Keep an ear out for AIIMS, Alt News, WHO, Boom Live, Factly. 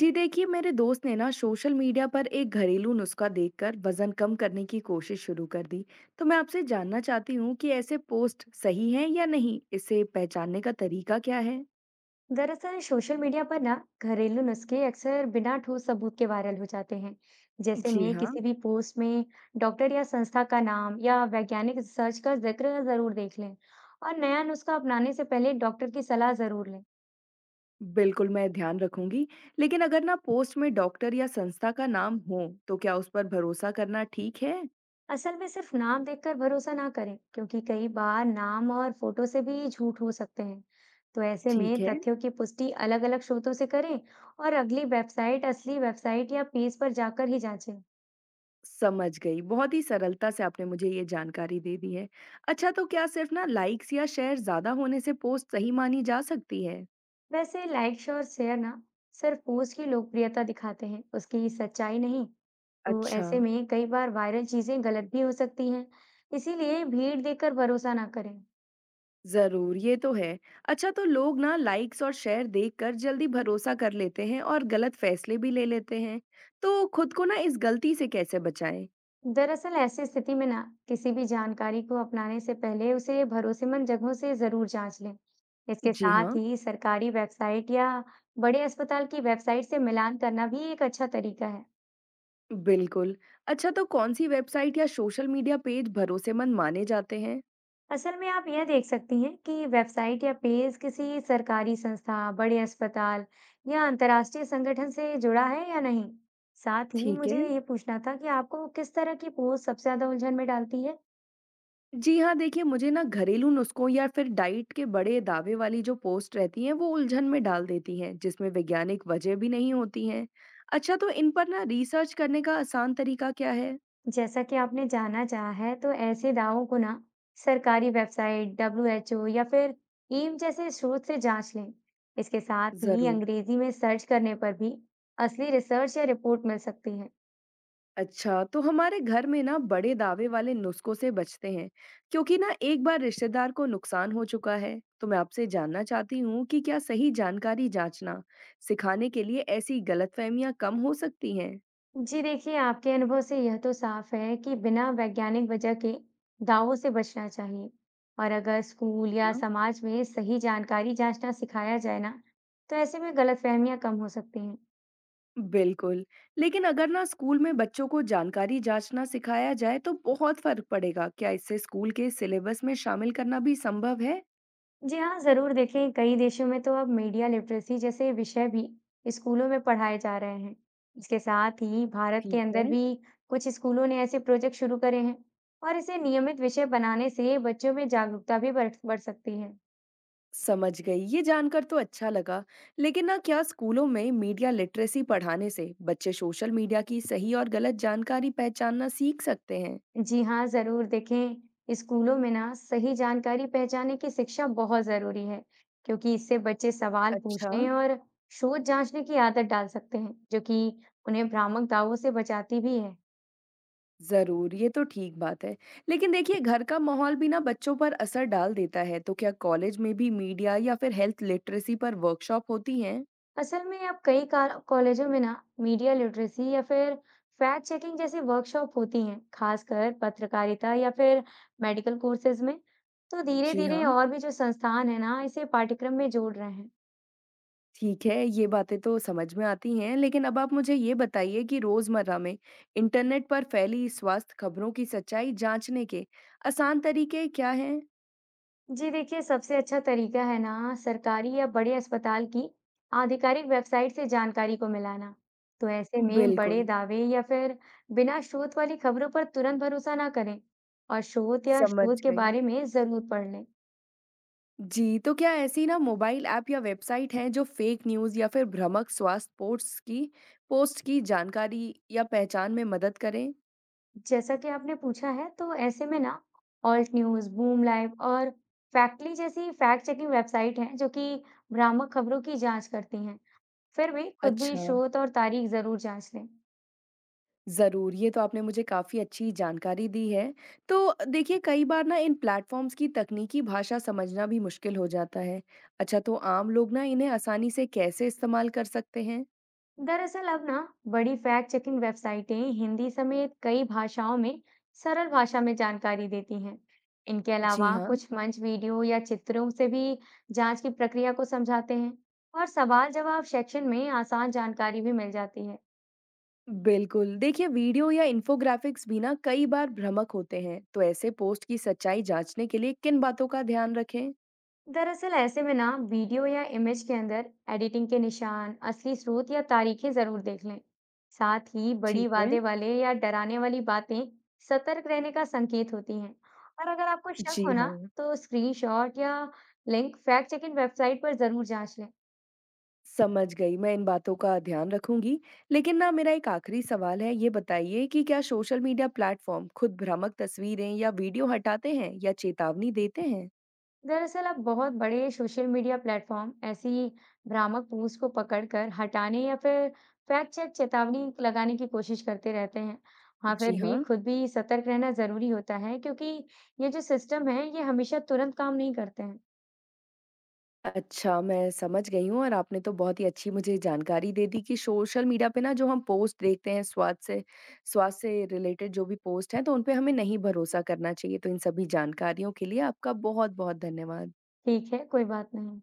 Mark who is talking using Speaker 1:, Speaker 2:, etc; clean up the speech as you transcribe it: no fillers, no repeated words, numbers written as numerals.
Speaker 1: जी देखिए, मेरे दोस्त ने ना सोशल मीडिया पर एक घरेलू नुस्खा देखकर वजन कम करने की कोशिश शुरू कर दी। तो मैं आपसे जानना चाहती हूँ कि ऐसे पोस्ट सही हैं या नहीं, इसे पहचानने का तरीका क्या है।
Speaker 2: दरअसल सोशल मीडिया पर ना घरेलू नुस्खे अक्सर बिना ठोस सबूत के वायरल हो जाते हैं। जैसे
Speaker 1: जी
Speaker 2: में
Speaker 1: हाँ।
Speaker 2: किसी भी पोस्ट में डॉक्टर या संस्था का नाम या वैज्ञानिक रिसर्च का जिक्र जरूर देख लें और नया नुस्खा अपनाने से पहले डॉक्टर की सलाह जरूर लें।
Speaker 1: बिल्कुल, मैं ध्यान रखूंगी। लेकिन अगर ना पोस्ट में डॉक्टर या संस्था का नाम हो तो क्या उस पर भरोसा करना ठीक है?
Speaker 2: असल में सिर्फ नाम देखकर भरोसा ना करें, क्योंकि कई बार नाम और फोटो से भी झूठ हो सकते हैं। तो ऐसे
Speaker 1: ठीक
Speaker 2: में
Speaker 1: है।
Speaker 2: तथ्यों की पुष्टि अलग-अलग स्रोतों से करें और अगली वेबसाइट, असली वेबसाइट या पेज पर जाकर ही जांचें।
Speaker 1: समझ गई, बहुत ही सरलता से आपने मुझे ये जानकारी दे दी है। अच्छा, तो क्या सिर्फ ना लाइक्स या शेयर ज्यादा होने से पोस्ट सही मानी जा सकती है?
Speaker 2: वैसे लाइक्स और शेयर ना सिर्फ पोस्ट की लोकप्रियता दिखाते हैं, उसकी सच्चाई नहीं। तो
Speaker 1: अच्छा।
Speaker 2: ऐसे में कई बार वायरल चीजें गलत भी हो सकती हैं, इसीलिए भीड़ देखकर भरोसा ना करें।
Speaker 1: जरूर, ये तो है। अच्छा, तो लोग ना लाइक्स और शेयर देखकर जल्दी भरोसा कर लेते हैं और गलत फैसले भी ले लेते हैं। तो खुद को ना इस गलती से कैसे बचाएं?
Speaker 2: दरअसल ऐसी स्थिति में ना किसी भी जानकारी को अपनाने से पहले उसे भरोसेमंद जगहों से जरूर जांच लें। इसके
Speaker 1: जी
Speaker 2: साथ
Speaker 1: हाँ।
Speaker 2: ही सरकारी वेबसाइट या बड़े अस्पताल की वेबसाइट से मिलान करना भी एक अच्छा तरीका है।
Speaker 1: बिल्कुल। अच्छा, तो कौन सी वेबसाइट या सोशल मीडिया पेज भरोसेमंद माने जाते हैं?
Speaker 2: असल में आप यह देख सकती हैं कि वेबसाइट या पेज किसी सरकारी संस्था, बड़े अस्पताल या अंतर्राष्ट्रीय संगठन से जुड़ा है या नहीं। साथ ही
Speaker 1: ठीक है।
Speaker 2: मुझे ये पूछना था कि आपको किस तरह की पोस्ट सबसे ज्यादा उलझन में डालती है?
Speaker 1: जी हाँ, देखिए मुझे ना घरेलू नुस्खों या फिर डाइट के बड़े दावे वाली जो पोस्ट रहती हैं वो उलझन में डाल देती हैं, जिसमें वैज्ञानिक वजह भी नहीं होती हैं। अच्छा, तो इन पर ना रिसर्च करने का आसान तरीका क्या है?
Speaker 2: जैसा कि आपने जानना चाहा है, तो ऐसे दावों को ना सरकारी वेबसाइट, WHO या फिर एम्स जैसे स्रोत से जांच लें। इसके साथ ही
Speaker 1: जरूर।
Speaker 2: अंग्रेजी में सर्च करने पर भी असली रिसर्च या रिपोर्ट मिल सकती है।
Speaker 1: अच्छा, तो हमारे घर में ना बड़े दावे वाले नुस्खों से बचते हैं, क्योंकि ना एक बार रिश्तेदार को नुकसान हो चुका है। तो मैं आपसे जानना चाहती हूँ कि क्या सही जानकारी जांचना सिखाने के लिए ऐसी गलतफहमियां कम हो सकती हैं?
Speaker 2: जी देखिए, आपके अनुभव से यह तो साफ है कि बिना वैज्ञानिक वजह के दावों से बचना चाहिए। और अगर स्कूल या
Speaker 1: हाँ।
Speaker 2: समाज में सही जानकारी जांचना सिखाया जाए ना, तो ऐसे में गलतफहमियां कम हो सकती हैं।
Speaker 1: बिल्कुल। लेकिन अगर ना स्कूल में बच्चों को जानकारी जांचना सिखाया जाए तो बहुत फर्क पड़ेगा। क्या इससे स्कूल के सिलेबस में शामिल करना भी संभव है?
Speaker 2: जी हाँ, जरूर देखें, कई देशों में तो अब मीडिया लिटरेसी जैसे विषय भी स्कूलों में पढ़ाए जा रहे हैं। इसके साथ ही भारत के
Speaker 1: ठीक
Speaker 2: अंदर
Speaker 1: है।
Speaker 2: भी कुछ स्कूलों ने ऐसे प्रोजेक्ट शुरू करे हैं और इसे नियमित विषय बनाने से बच्चों में जागरूकता भी बढ़ बढ़ सकती है।
Speaker 1: समझ गई। ये जानकर तो अच्छा लगा। लेकिन ना क्या स्कूलों में मीडिया लिटरेसी पढ़ाने से बच्चे सोशल मीडिया की सही और गलत जानकारी पहचानना सीख सकते हैं?
Speaker 2: जी हाँ, जरूर देखें। स्कूलों में ना सही जानकारी पहचाने की शिक्षा बहुत जरूरी है, क्योंकि इससे बच्चे सवाल
Speaker 1: अच्छा।
Speaker 2: पूछने और शोध जांचने की आदत डाल सकते हैं, जो कि उन्हें भ्रामक दावों से बचाती भी है।
Speaker 1: ज़रूर, ये तो ठीक बात है। लेकिन देखिए घर का माहौल भी ना बच्चों पर असर डाल देता है। तो क्या कॉलेज में भी मीडिया या फिर हेल्थ लिटरेसी पर वर्कशॉप होती हैं?
Speaker 2: असल में अब कई कॉलेजों में ना मीडिया लिटरेसी या फिर फैक्ट चेकिंग जैसी वर्कशॉप होती हैं, खासकर पत्रकारिता या फिर मेडिकल कोर्सेज में। तो धीरे
Speaker 1: जी
Speaker 2: धीरे
Speaker 1: हाँ।
Speaker 2: और भी जो संस्थान है ना इसे पाठ्यक्रम में जोड़ रहे हैं।
Speaker 1: ठीक है, ये बातें तो समझ में आती हैं, लेकिन अब आप मुझे ये बताइए कि रोज़मर्रा में इंटरनेट पर फैली स्वास्थ्य खबरों की सच्चाई जाँचने के आसान तरीके क्या हैं?
Speaker 2: जी देखिए, सबसे अच्छा तरीका है ना सरकारी या बड़े अस्पताल की आधिकारिक वेबसाइट से जानकारी को मिलाना। तो ऐसे में बड़े
Speaker 1: बिल्कुल।
Speaker 2: दावे या फिर बिना स्रोत वाली खबरों पर तुरंत भरोसा ना करें और स्रोत या
Speaker 1: समझ
Speaker 2: स्रोत के
Speaker 1: गई।
Speaker 2: बारे में जरूर पढ़ लें।
Speaker 1: जी, तो क्या ऐसी ना मोबाइल ऐप या वेबसाइट हैं जो फ़ेक न्यूज़ या फिर भ्रामक स्वास्थ्य पोस्ट की जानकारी या पहचान में मदद करें?
Speaker 2: जैसा कि आपने पूछा है, तो ऐसे में ना ऑल्ट न्यूज, बूम लाइव और फैक्टली जैसी फैक्ट चेकिंग वेबसाइट हैं जो कि भ्रामक खबरों की जांच करती हैं। फिर भी खुद भी
Speaker 1: अच्छा।
Speaker 2: स्रोत और तारीख जरूर जांच लें।
Speaker 1: ज़रूर, ये तो आपने मुझे काफ़ी अच्छी जानकारी दी है। तो देखिए कई बार ना इन प्लेटफ़ॉर्म्स की तकनीकी भाषा समझना भी मुश्किल हो जाता है। अच्छा, तो आम लोग ना इन्हें आसानी से कैसे इस्तेमाल कर सकते हैं?
Speaker 2: दरअसल अब ना बड़ी फैक्ट चेकिंग वेबसाइटें हिंदी समेत कई भाषाओं में सरल भाषा में जानकारी देती हैं। इनके
Speaker 1: जी
Speaker 2: अलावा
Speaker 1: हाँ।
Speaker 2: कुछ मंच वीडियो या चित्रों से भी जांच की प्रक्रिया को समझाते हैं और सवाल जवाब सेक्शन में आसान जानकारी भी मिल जाती है।
Speaker 1: बिल्कुल। देखिए वीडियो या इन्फोग्राफ़िक्स भी ना कई बार भ्रामक होते हैं, तो ऐसे पोस्ट की सच्चाई जाँचने के लिए किन बातों का ध्यान रखें?
Speaker 2: दरअसल ऐसे में ना वीडियो या इमेज के अंदर एडिटिंग के निशान, असली स्रोत या तारीखें जरूर देख लें। साथ ही बड़ी
Speaker 1: ठीक है।
Speaker 2: वादे वाले या डराने वाली बातें सतर्क रहने का संकेत होती हैं। और अगर आपको शक
Speaker 1: जी
Speaker 2: हो ना,
Speaker 1: हाँ।
Speaker 2: तो स्क्रीनशॉट या लिंक फैक्ट चेकिंग वेबसाइट पर जरूर जांच लें।
Speaker 1: समझ गई, मैं इन बातों का ध्यान रखूंगी। लेकिन ना मेरा एक आखिरी सवाल है, ये बताइए कि क्या सोशल मीडिया प्लेटफॉर्म खुद भ्रामक तस्वीरें या वीडियो हटाते हैं या चेतावनी देते हैं?
Speaker 2: दरअसल अब बहुत बड़े सोशल मीडिया प्लेटफॉर्म ऐसी भ्रामक पोस्ट को पकड़कर हटाने या फिर फैक्ट चेक चेतावनी लगाने की कोशिश करते रहते हैं। हाँ, फिर
Speaker 1: जी
Speaker 2: भी
Speaker 1: हाँ।
Speaker 2: खुद भी सतर्क रहना जरूरी होता है, क्योंकि ये जो सिस्टम है ये हमेशा तुरंत काम नहीं करते हैं।
Speaker 1: अच्छा, मैं समझ गई हूँ और आपने तो बहुत ही अच्छी मुझे जानकारी दे दी कि सोशल मीडिया पे ना जो हम पोस्ट देखते हैं स्वास्थ्य से रिलेटेड जो भी पोस्ट हैं तो उन पे हमें नहीं भरोसा करना चाहिए। तो इन सभी जानकारियों के लिए आपका बहुत-बहुत धन्यवाद।
Speaker 2: ठीक है, कोई बात नहीं।